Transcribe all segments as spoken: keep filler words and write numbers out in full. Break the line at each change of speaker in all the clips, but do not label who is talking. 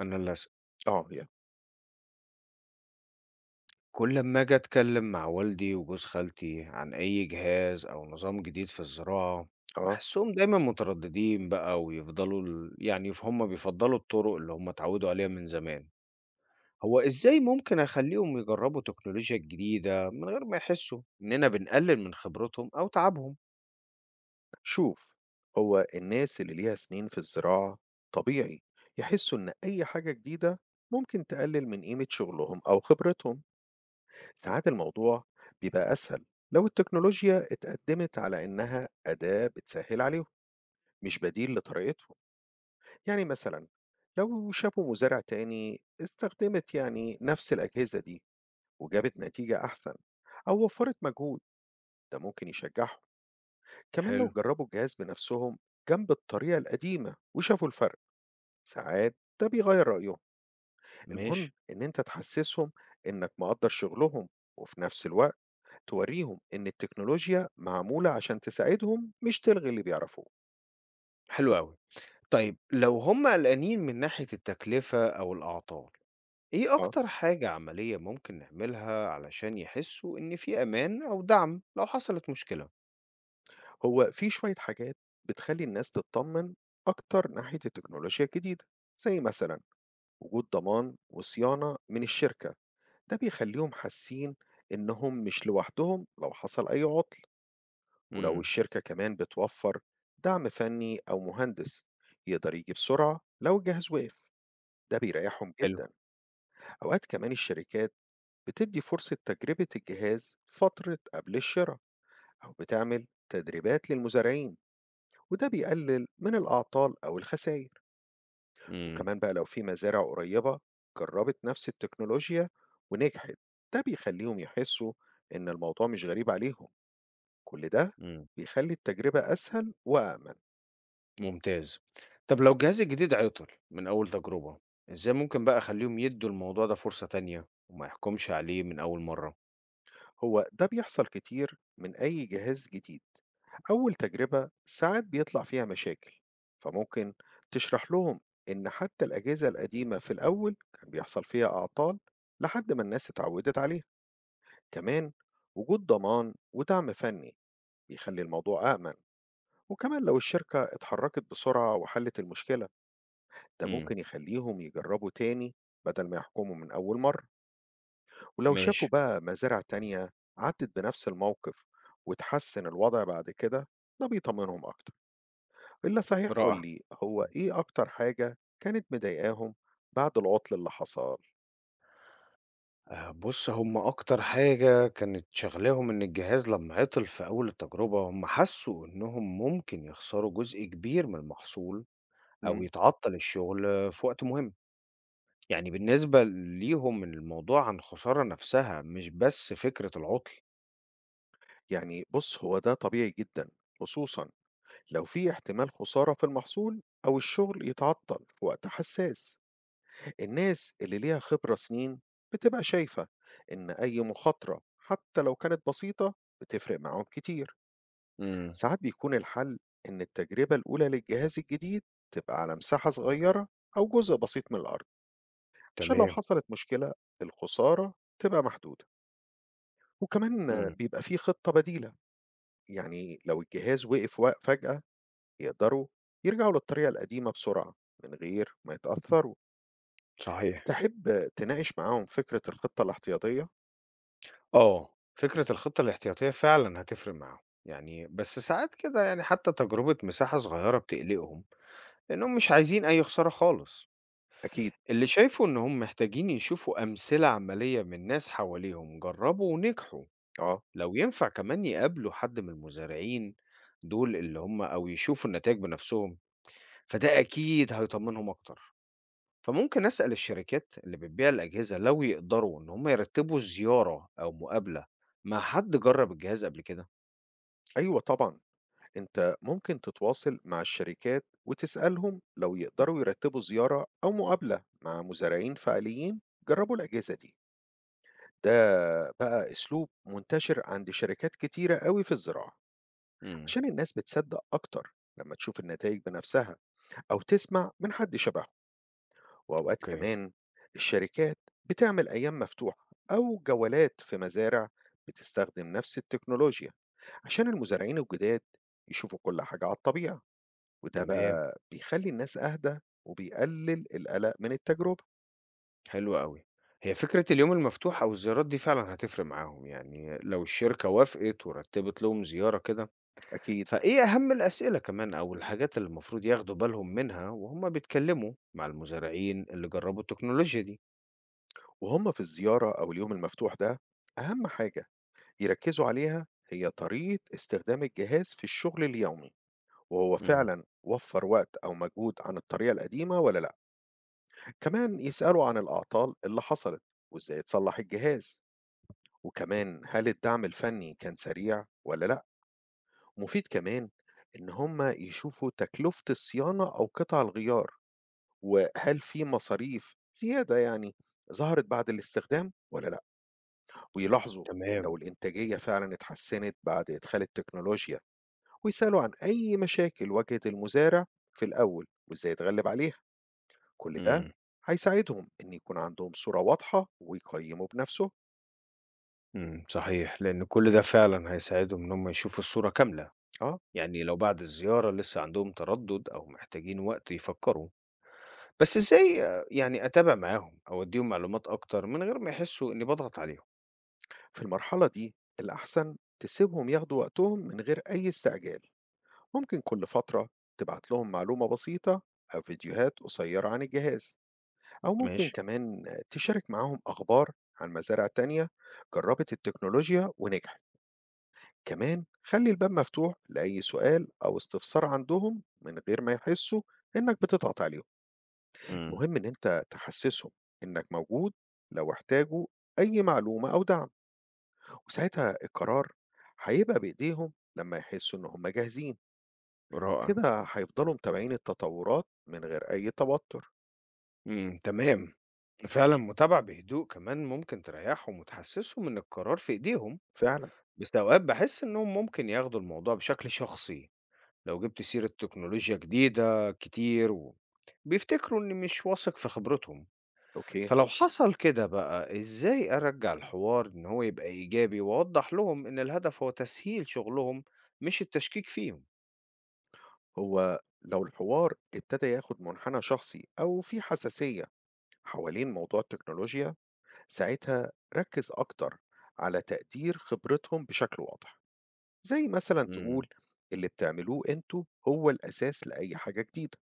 أنا للأسف
آه، ي
كل ما أجي أتكلم مع والدي وجوز خالتي عن أي جهاز أو نظام جديد في الزراعة،
آه،
بحسهم دايما مترددين بقى ويفضلوا ال... يعني هم بيفضلوا الطرق اللي هم اتعودوا عليها من زمان. هو إزاي ممكن أخليهم يجربوا تكنولوجيا جديدة من غير ما يحسوا إننا بنقلل من خبرتهم أو تعبهم؟
شوف هو الناس اللي ليها سنين في الزراعة طبيعي يحسوا إن أي حاجة جديدة ممكن تقلل من قيمة شغلهم أو خبرتهم، ساعات الموضوع بيبقى أسهل لو التكنولوجيا اتقدمت على إنها أداة بتسهل عليهم مش بديل لطريقتهم، يعني مثلًا لو شافوا مزارع تاني استخدمت يعني نفس الأجهزة دي وجابت نتيجة أحسن أو وفرت مجهود، ده ممكن يشجعهم. كمان لو
حلو.
جربوا الجهاز بنفسهم جنب الطريقة القديمة وشافوا الفرق ساعات ده بيغير رأيهم.
ماشي.
المهم إن أنت تحسسهم إنك مقدر شغلهم وفي نفس الوقت توريهم إن التكنولوجيا معمولة عشان تساعدهم مش تلغي اللي بيعرفوه.
حلو أوي. طيب، لو هم قلقانين من ناحية التكلفة أو الأعطال، إيه
آه،
أكتر حاجة عملية ممكن نعملها علشان يحسوا إن في أمان أو دعم لو حصلت مشكلة؟
هو في شوية حاجات بتخلي الناس تطمن أكتر ناحية التكنولوجيا الجديدة، زي مثلا وجود ضمان وصيانة من الشركة، ده بيخليهم حاسين إنهم مش لوحدهم لو حصل أي عطل. ولو
امم.
الشركة كمان بتوفر دعم فني أو مهندس يقدر يجي بسرعة لو الجهاز وقف، ده بيريحهم
حلو.
جدا. أوقات كمان الشركات بتدي فرصة تجربة الجهاز فترة قبل الشراء أو بتعمل تدريبات للمزارعين، وده بيقلل من الأعطال أو الخسائر.
امم.
وكمان بقى لو في مزارع قريبة جربت نفس التكنولوجيا ونجحت، ده بيخليهم يحسوا إن الموضوع مش غريب عليهم. كل ده
امم.
بيخلي التجربة أسهل وأأمن.
ممتاز. طب لو الجهاز الجديد عطل من أول تجربة، إزاي ممكن بقى أخليهم يدوا الموضوع ده فرصة تانية وما يحكمش عليه من أول مرة؟
هو ده بيحصل كتير من أي جهاز جديد، أول تجربة ساعات بيطلع فيها مشاكل، فممكن تشرح لهم إن حتى الأجهزة القديمة في الأول كان بيحصل فيها أعطال لحد ما الناس اتعودت عليها. كمان وجود ضمان ودعم فني بيخلي الموضوع أأمن، وكمان لو الشركة اتحركت بسرعة وحلت المشكلة، ده
امم.
ممكن يخليهم يجربوا تاني بدل ما يحكموا من أول مرة. ولو
ماشي.
شافوا بقى مزارع تانية عدت بنفس الموقف وتحسن الوضع بعد كده، ده بيطمنهم أكتر. إلا صحيح قول
رائع.
لي هو
مم.
إيه أكتر حاجة كانت مضايقاهم بعد العطل اللي حصل.
آه، بص، هم أكتر حاجة كانت شغلاهم إن الجهاز لما عطل في أول التجربة هم حسوا إنهم ممكن يخسروا جزء كبير من المحصول أو
مم.
يتعطّل الشغل في وقت مهم. يعني بالنسبة ليهم الموضوع عن خسارة نفسها، مش بس فكرة العُطْل.
يعني بص هو ده طبيعي جدا، خصوصا لو في احتمال خسارة في المحصول أو الشغل يتعطل في وقت حساس. الناس اللي ليها خبرة سنين بتبقى شايفة إن أي مخاطرة حتى لو كانت بسيطة بتفرق معاهم كتير.
إمم.
ساعات بيكون الحل إن التجربة الأولى للجهاز الجديد تبقى على مساحة صغيرة أو جزء بسيط من الأرض، عشان لو
تمام.
حصلت مشكلة الخسارة تبقى محدودة. وكمان
إمم.
بيبقى فيه خطة بديلة، يعني لو الجهاز وقف وق- فجأة يقدروا يرجعوا للطريقة القديمة بسرعة من غير ما يتأثروا.
صحيح.
تحب تناقش معاهم فكرة الخطة الاحتياطية؟
آه. فكرة الخطة الاحتياطية فعلًا هتفرق معاهم. يعني بس ساعات كده يعني حتّى تجربة مساحة صغيرة بتقلقهم، لإنّهم مش عايزين أي خسارة خالص.
أكيد.
اللي شايفه إنّهم محتاجين يشوفوا أمثلة عمليّة من ناس حواليهم جرّبوا ونجحوا.
آه،
لو ينفع كمان يقابلوا حد من المزارعين دول اللي هم، أو يشوفوا النتائج بنفسهم، فده أكيد هيطمنهم أكتر. فممكن أسأل الشركات اللي بتبيع الأجهزة لو يقدروا إن هم يرتبوا زيارة أو مقابلة مع حد جرب الجهاز قبل كده.
أيوة طبعا، أنت ممكن تتواصل مع الشركات وتسألهم لو يقدروا يرتبوا زيارة أو مقابلة مع مزارعين فعليين جربوا الأجهزة دي. ده بقى أسلوب منتشر عند شركات كتيرة قوي في الزراعة،
امم.
عشان الناس بتصدق أكتر لما تشوف النتائج بنفسها أو تسمع من حد شبهه. وأوقات
أوكي.
كمان الشركات بتعمل أيام مفتوحة أو جولات في مزارع بتستخدم نفس التكنولوجيا، عشان المزارعين الجداد يشوفوا كل حاجة على الطبيعة، وده
تمام.
بقى بيخلّي الناس أهدى وبيقلل القلق من التجربة.
حلو قوي. هي فكرة اليوم المفتوح أو الزيارات دي فعلا هتفرق معاهم، يعني لو الشركة وافقت ورتبت لهم زيارة كده،
أكيد.
فإيه أهم الأسئلة كمان أو الحاجات اللي المفروض ياخدوا بالهم منها وهم بيتكلموا مع المزارعين اللي جربوا التكنولوجيا دي؟
وهُم في الزيارة أو اليوم المفتوح ده، أهم حاجة يركّزوا عليها هي طريقة استخدام الجهاز في الشغل اليومي، وهو
امم.
فعلًا وفّر وقت أو مجهود عن الطريقة القديمة والّا لأ. كمان يسألوا عن الأعطال اللي حصلت وإزاي اتصلّح الجهاز، وكمان هل الدعم الفني كان سريع والّا لأ. مفيد كمان إن هُم يشوفوا تكلفة الصيانة أو قطع الغيار. وهل في مصاريف زيادة يعني ظهرت بعد الاستخدام ولا لأ؟ ويلاحظوا لو
تمام.
الإنتاجية فعلًا اتحسنت بعد إدخال التكنولوجيا، ويسألوا عن أي مشاكل واجهت المزارع في الأول وإزاي اتغلب عليها، كل ده
امم.
هيساعدهم إن يكون عندهم صورة واضحة ويقيموا بنفسهم.
امم. صحيح، لأن كل ده فعلا هيساعدهم إن هم يشوفوا الصورة كاملة.
آه،
يعني لو بعد الزيارة لسه عندهم تردد أو محتاجين وقت يفكروا، بس إزاي آه، يعني أتابع معاهم أو أديهم معلومات أكتر من غير ما يحسوا إني بضغط عليهم؟
في المرحلة دي الأحسن تسيبهم ياخدوا وقتهم من غير أي استعجال، ممكن كل فترة تبعت لهم معلومة بسيطة أو فيديوهات قصيرة عن الجهاز. أو ممكن
ماشي.
كمان تشارك معاهم أخبار عن مزارع تانية جربت التكنولوجيا ونجحت. كمان خلي الباب مفتوح لأي سؤال أو استفسار عندهم من غير ما يحسوا إنك بتضغط عليهم.
امم.
المهم إن أنت تحسسهم إنك موجود لو احتاجوا أي معلومة أو دعم، وساعتها القرار هيبقى بإيديهم لما يحسوا إن هم جاهزين.
رائع.
كده هيفضلوا متابعين التطورات من غير أي توتر.
امم. تمام. فعلا متابعة بهدوء كمان ممكن تريحهم وتحسسهم إن القرار في إيديهم.
فعلا.
بس أوقات بحس إنهم ممكن ياخدوا الموضوع بشكل شخصي لو جبت سيرة تكنولوجيا جديدة كتير و... بيفتكروا إني مش واثق في خبرتهم.
أوكي،
فلو حصل كده بقى، إزاي أرجع الحوار إن هو يبقى إيجابي وأوضح لهم إن الهدف هو تسهيل شغلهم مش التشكيك فيهم؟
هو لو الحوار ابتدى ياخد منحنى شخصي أو في حساسية حوالين موضوع التكنولوجيا، ساعتها ركز أكتر على تقدير خبرتهم بشكل واضح، زي مثلا
امم.
تقول: اللي بتعملوه انتوا هو الأساس لأي حاجة جديدة.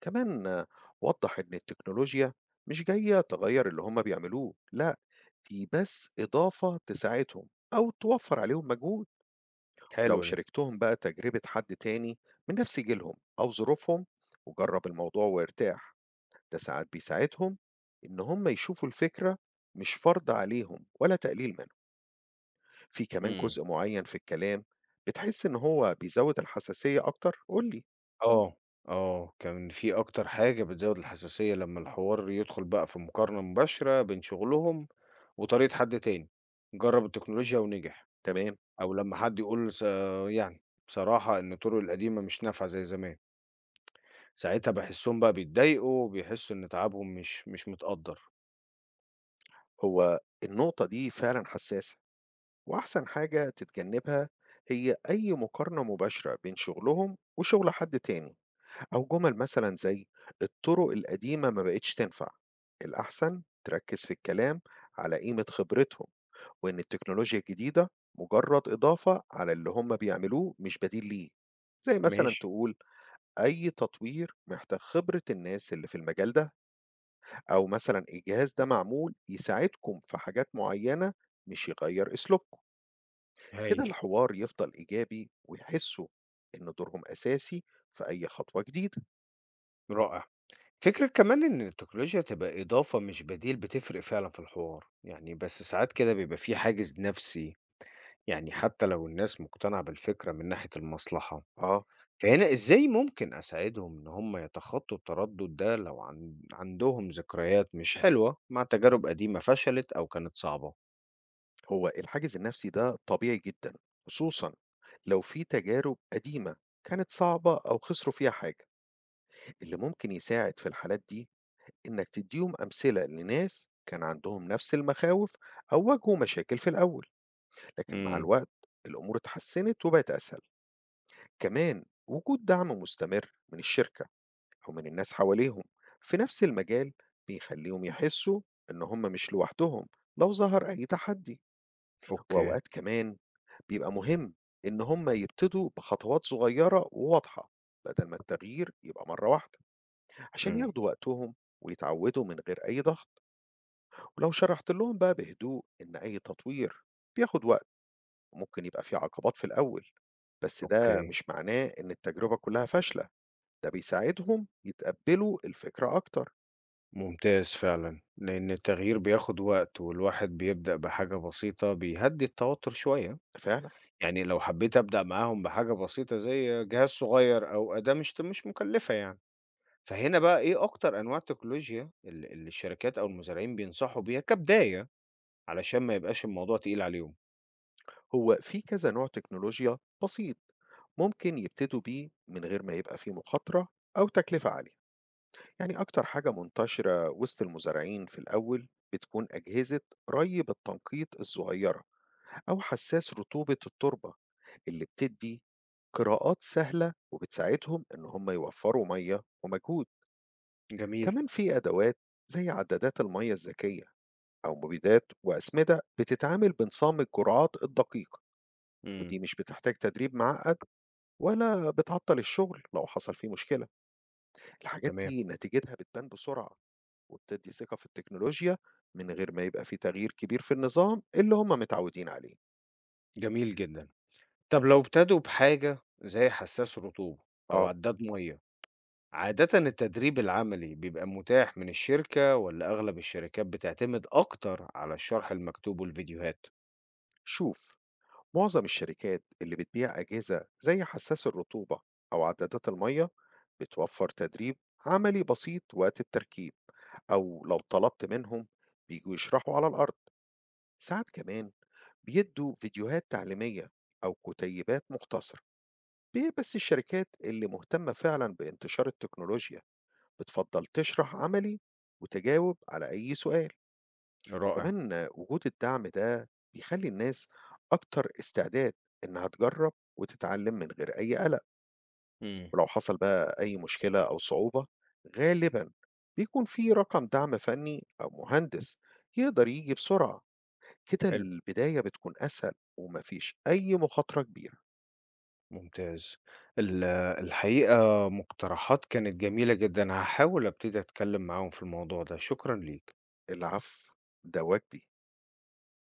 كمان آه، وضح إن التكنولوجيا مش جاية تغير اللي هما بيعملوه، لا، دي بس إضافة تساعدهم أو توفر عليهم مجهود. لو
حلو دي.
شاركتهم بقى تجربة حد تاني من نفس جيلهم أو ظروفهم وجرب الموضوع وارتاح، ده ساعات بيساعدهم إن هم يشوفوا الفكرة مش فرض عليهم ولا تقليل منهم. في كمان
مم.
جزء معين في الكلام بتحس إن هو بيزود الحساسية أكتر قولي.
آه. آه، كان في أكتر حاجة بتزوّد الحساسية لمّا الحوار يدخل بقى في مقارنة مباشرة بين شغلهم وطريقة حد تاني جرّب التكنولوجيا ونجح،
تمام.
أو لمّا حد يقول س يعني بصراحة إن الطرق القديمة مش نافعة زي زمان، ساعتها باحسّهم بقى بيتضايقوا وبيحسّوا إن تعبهم مش مش متقدّر.
هو النقطة دي فعلا حساسة، وأحسن حاجة تتجنبها هي أي مقارنة مباشرة بين شغلهم وشغل حد تاني، أو جمل مثلا زي: الطرق القديمة ما بقتش تنفع. الأحسن تركز في الكلام على قيمة خبرتهم، وإن التكنولوجيا الجديدة مجرد إضافة على اللي هم بيعملوه مش بديل ليه. زي مثلا
ماشي.
تقول: أي تطوير محتاج خبرة الناس اللي في المجال ده، أو مثلا الجهاز ده معمول يساعدكم في حاجات معينة مش يغير أسلوبكم. كده
هايل.
الحوار يفضل إيجابي، ويحسوا إن دورهم أساسي في أي خطوة جديدة.
رائع. فكرة كمان إن التكنولوجيا تبقى إضافة مش بديل بتفرق فعلًا في الحوار، يعني بس ساعات كده بيبقى في حاجز نفسي، يعني حتى لو الناس مقتنعة بالفكرة من ناحية المصلحة،
آه،
فهنا إزاي ممكن أساعدهم إن هم يتخطوا التردد ده لو عن... عندهم ذكريات مش حلوة مع تجارب قديمة فشلت أو كانت صعبة؟
هو الحاجز النفسي ده طبيعي جدا، خصوصا لو في تجارب قديمة كانت صعبة أو خسروا فيها حاجة. اللي ممكن يساعد في الحالات دي إنك تديهم أمثلة لناس كان عندهم نفس المخاوف أو واجهوا مشاكل في الأول، لكن مع
امم.
الوقت الأمور اتحسنت وبقت أسهل. كمان وجود دعم مستمر من الشركة أو من الناس حواليهم في نفس المجال بيخليهم يحسوا إن هم مش لوحدهم لو ظهر أي تحدي.
أوكي.
وأوقات كمان بيبقى مهم إن هم يبتدوا بخطوات صغيرة وواضحة بدل ما التغيير يبقى مرة واحدة، عشان
امم.
ياخدوا وقتهم ويتعودوا من غير أي ضغط. ولو شرحت لهم بقى بهدوء إن أي تطوير بياخد وقت، وممكن يبقى فيه عقبات في الأول، بس صح ده
أوكي.
مش معناه إن التجربة كلها فاشلة، ده بيساعدهم يتقبلوا الفكرة أكتر.
ممتاز فعلا، لأن التغيير بياخد وقت والواحد بيبدأ بحاجة بسيطة بيهدي التوتر شوية.
فعلا.
يعني لو حبيت أبدأ معاهم بحاجة بسيطة زي جهاز صغير أو أداة مش مش مكلفة، يعني فهنا بقى إيه أكتر أنواع التكنولوجيا ال اللي الشركات أو المزارعين بينصحوا بيها كبداية، علشان ما يبقاش الموضوع تقيل عليهم؟
هو في كذا نوع تكنولوجيا بسيط ممكن يبتدوا بيه من غير ما يبقى فيه مخاطرة أو تكلفة عالية. يعني أكتر حاجة منتشرة وسط المزارعين في الأول بتكون أجهزة ري بالتنقيط الصغيرة أو حساس رطوبة التربة، اللي بتدي قراءات سهلة وبتساعدهم إن هم يوفروا مية ومجهود.
جميل.
كمان في أدوات زي عدادات المية الذكية أو مبيدات وأسمدة بتتعامل بنظام الجرعات الدقيق، ودي
إمم.
مش بتحتاج تدريب معقد ولا بتعطل الشغل لو حصل فيه مشكلة. الحاجات
تمام.
دي نتيجتها بتبان بسرعة، وبتدّي ثقة في التكنولوجيا من غير ما يبقى في تغيير كبير في النظام اللي هم متعودين عليه.
جميل جدًا. طب لو ابتدوا بحاجة زي حساس رطوبة أو
آه،
عداد مَيّة، عادةً التدريب العملي بيبقى متاح من الشركة والّا أغلب الشركات بتعتمد أكتر على الشرح المكتوب والفيديوهات؟
شوف، معظم الشركات اللي بتبيع أجهزة زي حساس الرطوبة أو عدادات المَيّة بتوفّر تدريب عملي بسيط وقت التركيب، أو لو طلبت منهم بييجوا يشرحوا على الأرض. ساعات كمان بيدّوا فيديوهات تعليمية أو كتيبات مختصرة، ب بس الشركات اللي مهتمة فعلًا بانتشار التكنولوجيا بتفضل تشرح عملي وتجاوب على أي سؤال.
رائع.
كمان وجود الدعم ده بيخلي الناس أكتر استعداد إنها تجرب وتتعلم من غير أي قلق.
إمم.
ولو حصل بقى أي مشكلة أو صعوبة، غالبا بيكون في رقم دعم فني أو مهندس يقدر يجي بسرعة، كده
حلو.
البداية بتكون أسهل ومفيش أي مخاطرة كبيرة.
ممتاز. ال الحقيقة، مقترحات كانت جميلة جدًا. هاحاول أبتدي أتكلّم معاهم في الموضوع ده. شكرًا ليك.
العفو، ده واجبي.